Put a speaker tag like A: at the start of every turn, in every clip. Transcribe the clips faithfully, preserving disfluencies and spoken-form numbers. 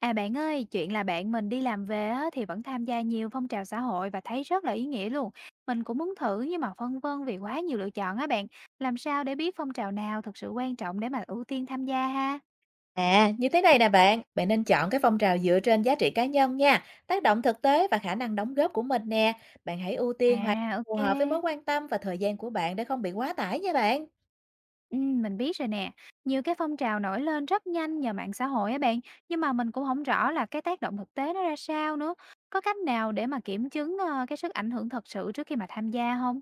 A: À bạn ơi, chuyện là bạn mình đi làm về á, thì vẫn tham gia nhiều phong trào xã hội và thấy rất là ý nghĩa luôn. Mình cũng muốn thử nhưng mà phân vân vì quá nhiều lựa chọn á bạn. Làm sao để biết phong trào nào thực sự quan trọng để mà ưu tiên tham gia ha?
B: À, như thế này nè bạn, bạn nên chọn cái phong trào dựa trên giá trị cá nhân nha, tác động thực tế và khả năng đóng góp của mình nè. Bạn hãy ưu tiên hoạt
A: À
B: động phù hợp với mối
A: ok,
B: quan tâm và thời gian của bạn để không bị quá tải nha bạn.
A: ừ, mình biết rồi nè. Nhiều cái phong trào nổi lên rất nhanh nhờ mạng xã hội á bạn. Nhưng mà mình cũng không rõ là cái tác động thực tế nó ra sao nữa. Có cách nào để mà kiểm chứng ờ, cái sức ảnh hưởng thật sự trước khi mà tham gia không?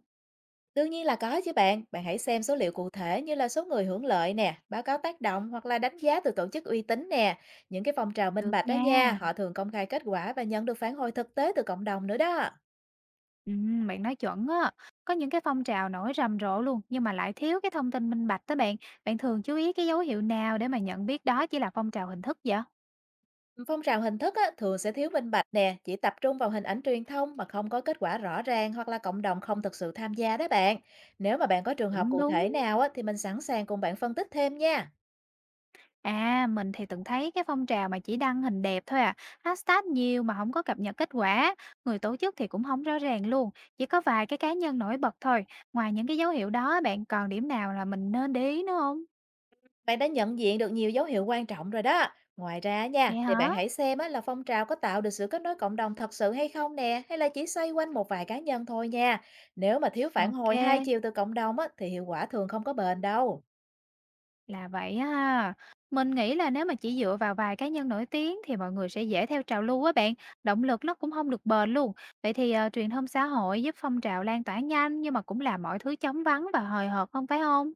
B: Đương nhiên là có chứ bạn, bạn hãy xem số liệu cụ thể như là số người hưởng lợi nè, báo cáo tác động hoặc là đánh giá từ tổ chức uy tín nè. Những cái phong trào minh
A: Được
B: bạch đó nha,
A: nha.
B: họ thường công khai kết quả và nhận được phản hồi thực tế từ cộng đồng nữa đó.
A: Ừm, bạn nói chuẩn á. Có những cái phong trào nổi rầm rộ luôn nhưng mà lại thiếu cái thông tin minh bạch đó bạn. Bạn thường chú ý cái dấu hiệu nào để mà nhận biết đó chỉ là phong trào hình thức vậy?
B: Phong trào hình thức á, thường sẽ thiếu minh bạch nè, chỉ tập trung vào hình ảnh truyền thông mà không có kết quả rõ ràng hoặc là cộng đồng không thực sự tham gia đó bạn. Nếu mà bạn có trường hợp
A: Cũng
B: cụ thể
A: đúng.
B: nào á, thì mình sẵn sàng cùng bạn phân tích thêm nha.
A: À, mình thì từng thấy cái phong trào mà chỉ đăng hình đẹp thôi à, hashtag nhiều mà không có cập nhật kết quả, người tổ chức thì cũng không rõ ràng luôn, chỉ có vài cái cá nhân nổi bật thôi. Ngoài những cái dấu hiệu đó, bạn còn điểm nào là mình nên để ý nữa không?
B: Bạn đã nhận diện được nhiều dấu hiệu quan trọng rồi đó. Ngoài ra nha,
A: Vậy
B: thì
A: hả?
B: bạn hãy xem á, là phong trào có tạo được sự kết nối cộng đồng thật sự hay không nè, hay là chỉ xoay quanh một vài cá nhân thôi nha. Nếu mà thiếu phản
A: Ok.
B: hồi hai chiều từ cộng đồng á, thì hiệu quả thường không có bền đâu.
A: Là vậy ha. Mình nghĩ là nếu mà chỉ dựa vào vài cá nhân nổi tiếng thì mọi người sẽ dễ theo trào lưu á bạn, động lực nó cũng không được bền luôn. Vậy thì ờ, truyền thông xã hội giúp phong trào lan tỏa nhanh nhưng mà cũng làm mọi thứ chóng vánh và hời hợt không phải không?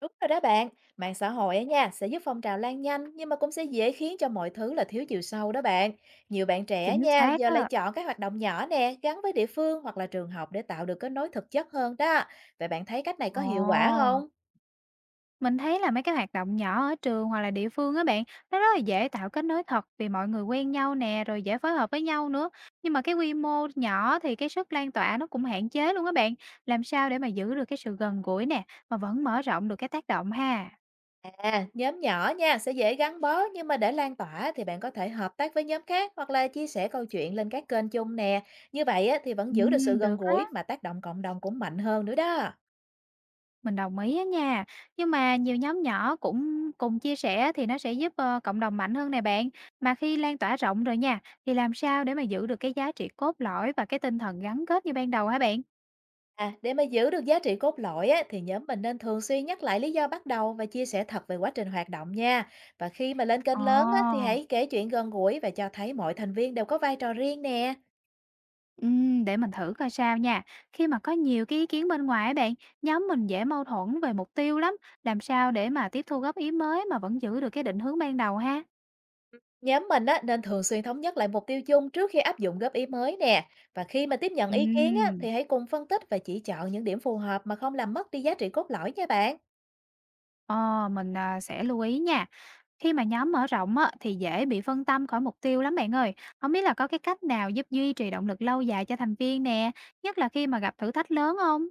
B: Đúng rồi đó bạn, mạng xã hội á nha sẽ giúp phong trào lan nhanh nhưng mà cũng sẽ dễ khiến cho mọi thứ là thiếu chiều sâu đó bạn. Nhiều bạn trẻ
A: Chính
B: nha
A: xác
B: giờ lại
A: á.
B: chọn các hoạt động nhỏ nè gắn với địa phương hoặc là trường học để tạo được kết nối thực chất hơn đó. Vậy bạn thấy cách này có
A: Ồ.
B: hiệu quả không?
A: Mình thấy là mấy cái hoạt động nhỏ ở trường hoặc là địa phương á bạn, nó rất là dễ tạo kết nối thật vì mọi người quen nhau nè, rồi dễ phối hợp với nhau nữa. Nhưng mà cái quy mô nhỏ thì cái sức lan tỏa nó cũng hạn chế luôn á bạn. Làm sao để mà giữ được cái sự gần gũi nè, mà vẫn mở rộng được cái tác động ha?
B: À, nhóm nhỏ nha sẽ dễ gắn bó nhưng mà để lan tỏa thì bạn có thể hợp tác với nhóm khác hoặc là chia sẻ câu chuyện lên các kênh chung nè. Như vậy á, thì vẫn giữ được sự
A: Ừm,
B: gần
A: được á,
B: gũi mà tác động cộng đồng cũng mạnh hơn nữa đó.
A: mình đồng ý á nha. Nhưng mà nhiều nhóm nhỏ cũng cùng chia sẻ thì nó sẽ giúp ờ, cộng đồng mạnh hơn nè bạn. Mà khi lan tỏa rộng rồi nha, thì làm sao để mà giữ được cái giá trị cốt lõi và cái tinh thần gắn kết như ban đầu hả bạn?
B: À, để mà giữ được giá trị cốt lõi á, thì nhóm mình nên thường xuyên nhắc lại lý do bắt đầu và chia sẻ thật về quá trình hoạt động nha. Và khi mà lên
A: Ồ,
B: kênh lớn á, thì hãy kể chuyện gần gũi và cho thấy mọi thành viên đều có vai trò riêng nè.
A: ừm, để mình thử coi sao nha. Khi mà có nhiều cái ý kiến bên ngoài á bạn, nhóm mình dễ mâu thuẫn về mục tiêu lắm. Làm sao để mà tiếp thu góp ý mới mà vẫn giữ được cái định hướng ban đầu ha?
B: Nhóm mình á, nên thường xuyên thống nhất lại mục tiêu chung trước khi áp dụng góp ý mới nè. Và khi mà tiếp nhận ý kiến á,
A: Ừm,
B: thì hãy cùng phân tích và chỉ chọn những điểm phù hợp mà không làm mất đi giá trị cốt lõi nha bạn.
A: Ờ, mình à, sẽ lưu ý nha. Khi mà nhóm mở rộng á, thì dễ bị phân tâm khỏi mục tiêu lắm bạn ơi. Không biết là có cái cách nào giúp duy trì động lực lâu dài cho thành viên nè, nhất là khi mà gặp thử thách lớn không?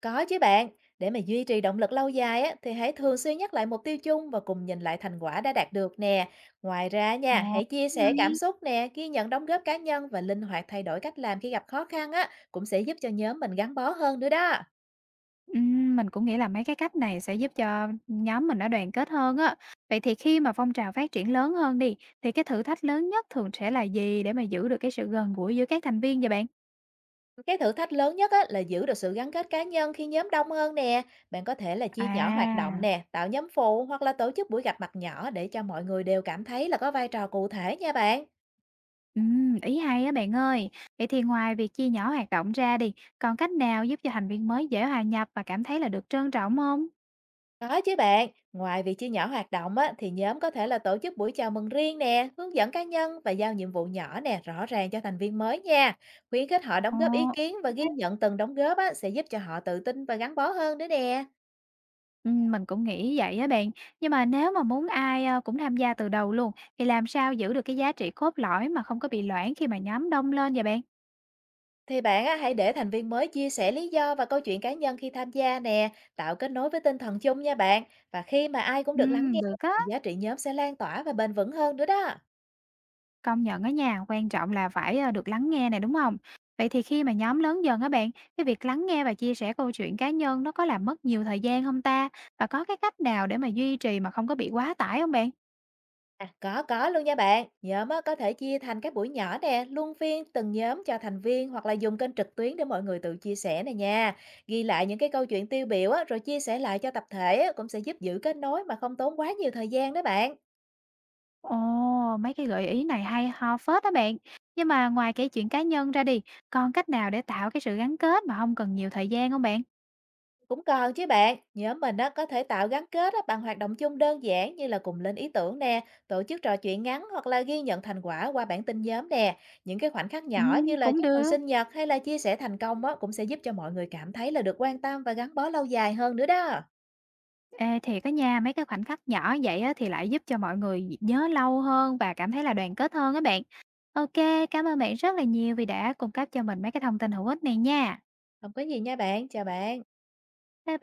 B: Có chứ bạn, để mà duy trì động lực lâu dài á, thì hãy thường xuyên nhắc lại mục tiêu chung và cùng nhìn lại thành quả đã đạt được nè. Ngoài ra nha,
A: Ồ,
B: hãy chia sẻ
A: hay.
B: cảm xúc nè, ghi nhận đóng góp cá nhân và linh hoạt thay đổi cách làm khi gặp khó khăn á, cũng sẽ giúp cho nhóm mình gắn bó hơn nữa đó.
A: Ừm, mình cũng nghĩ là mấy cái cách này sẽ giúp cho nhóm mình nó đoàn kết hơn á. Vậy thì khi mà phong trào phát triển lớn hơn đi, thì cái thử thách lớn nhất thường sẽ là gì để mà giữ được cái sự gần gũi giữa các thành viên vậy bạn?
B: Cái thử thách lớn nhất á, là giữ được sự gắn kết cá nhân khi nhóm đông hơn nè. Bạn có thể là chia
A: À,
B: nhỏ hoạt động nè, tạo nhóm phụ hoặc là tổ chức buổi gặp mặt nhỏ để cho mọi người đều cảm thấy là có vai trò cụ thể nha bạn.
A: ừm, ý hay á bạn ơi. Vậy thì ngoài việc chia nhỏ hoạt động ra đi, còn cách nào giúp cho thành viên mới dễ hòa nhập và cảm thấy là được trân trọng không?
B: Có chứ bạn, ngoài việc chia nhỏ hoạt động á, thì nhóm có thể là tổ chức buổi chào mừng riêng nè, hướng dẫn cá nhân và giao nhiệm vụ nhỏ nè, rõ ràng cho thành viên mới nha. Khuyến khích họ đóng góp ý kiến và ghi
A: Ồ,
B: nhận từng đóng góp á, sẽ giúp cho họ tự tin và gắn bó hơn nữa nè.
A: ừm, mình cũng nghĩ vậy á bạn. Nhưng mà nếu mà muốn ai, a, cũng tham gia từ đầu luôn, thì làm sao giữ được cái giá trị cốt lõi mà không có bị loãng khi mà nhóm đông lên vậy bạn?
B: Thì bạn á, hãy để thành viên mới chia sẻ lý do và câu chuyện cá nhân khi tham gia nè, tạo kết nối với tinh thần chung nha bạn. Và khi mà ai cũng được lắng
A: Ừm,
B: nghe,
A: được á,
B: giá trị nhóm sẽ lan tỏa và bền vững hơn nữa đó.
A: công nhận ở nhà quan trọng là phải, a, được lắng nghe này đúng không? Vậy thì khi mà nhóm lớn dần á bạn, cái việc lắng nghe và chia sẻ câu chuyện cá nhân nó có làm mất nhiều thời gian không ta? Và có cái cách nào để mà duy trì mà không có bị quá tải không bạn?
B: À, có có luôn nha bạn. Nhóm á, có thể chia thành các buổi nhỏ nè, luân phiên từng nhóm cho thành viên hoặc là dùng kênh trực tuyến để mọi người tự chia sẻ này nha. Ghi lại những cái câu chuyện tiêu biểu á, rồi chia sẻ lại cho tập thể á, cũng sẽ giúp giữ kết nối mà không tốn quá nhiều thời gian đó bạn.
A: Ồ, mấy cái gợi ý này hay ho phết đó bạn. Nhưng mà ngoài kể chuyện cá nhân ra đi, còn cách nào để tạo cái sự gắn kết mà không cần nhiều thời gian không bạn?
B: Cũng còn chứ bạn, nhóm mình á, có thể tạo gắn kết á, bằng hoạt động chung đơn giản như là cùng lên ý tưởng nè, tổ chức trò chuyện ngắn hoặc là ghi nhận thành quả qua bản tin nhóm nè. Những cái khoảnh khắc
A: Ừ,
B: nhỏ như là
A: cũng
B: chúc mừng
A: được.
B: sinh nhật hay là chia sẻ thành công á, cũng sẽ giúp cho mọi người cảm thấy là được quan tâm và gắn bó lâu dài hơn nữa đó.
A: Ê, thì có nha, mấy cái khoảnh khắc nhỏ vậy á, thì lại giúp cho mọi người nhớ lâu hơn và cảm thấy là đoàn kết hơn á bạn. Ok, cảm ơn bạn rất là nhiều vì đã cung cấp cho mình mấy cái thông tin hữu ích này nha.
B: Không có gì nha bạn, chào bạn.
A: Bye.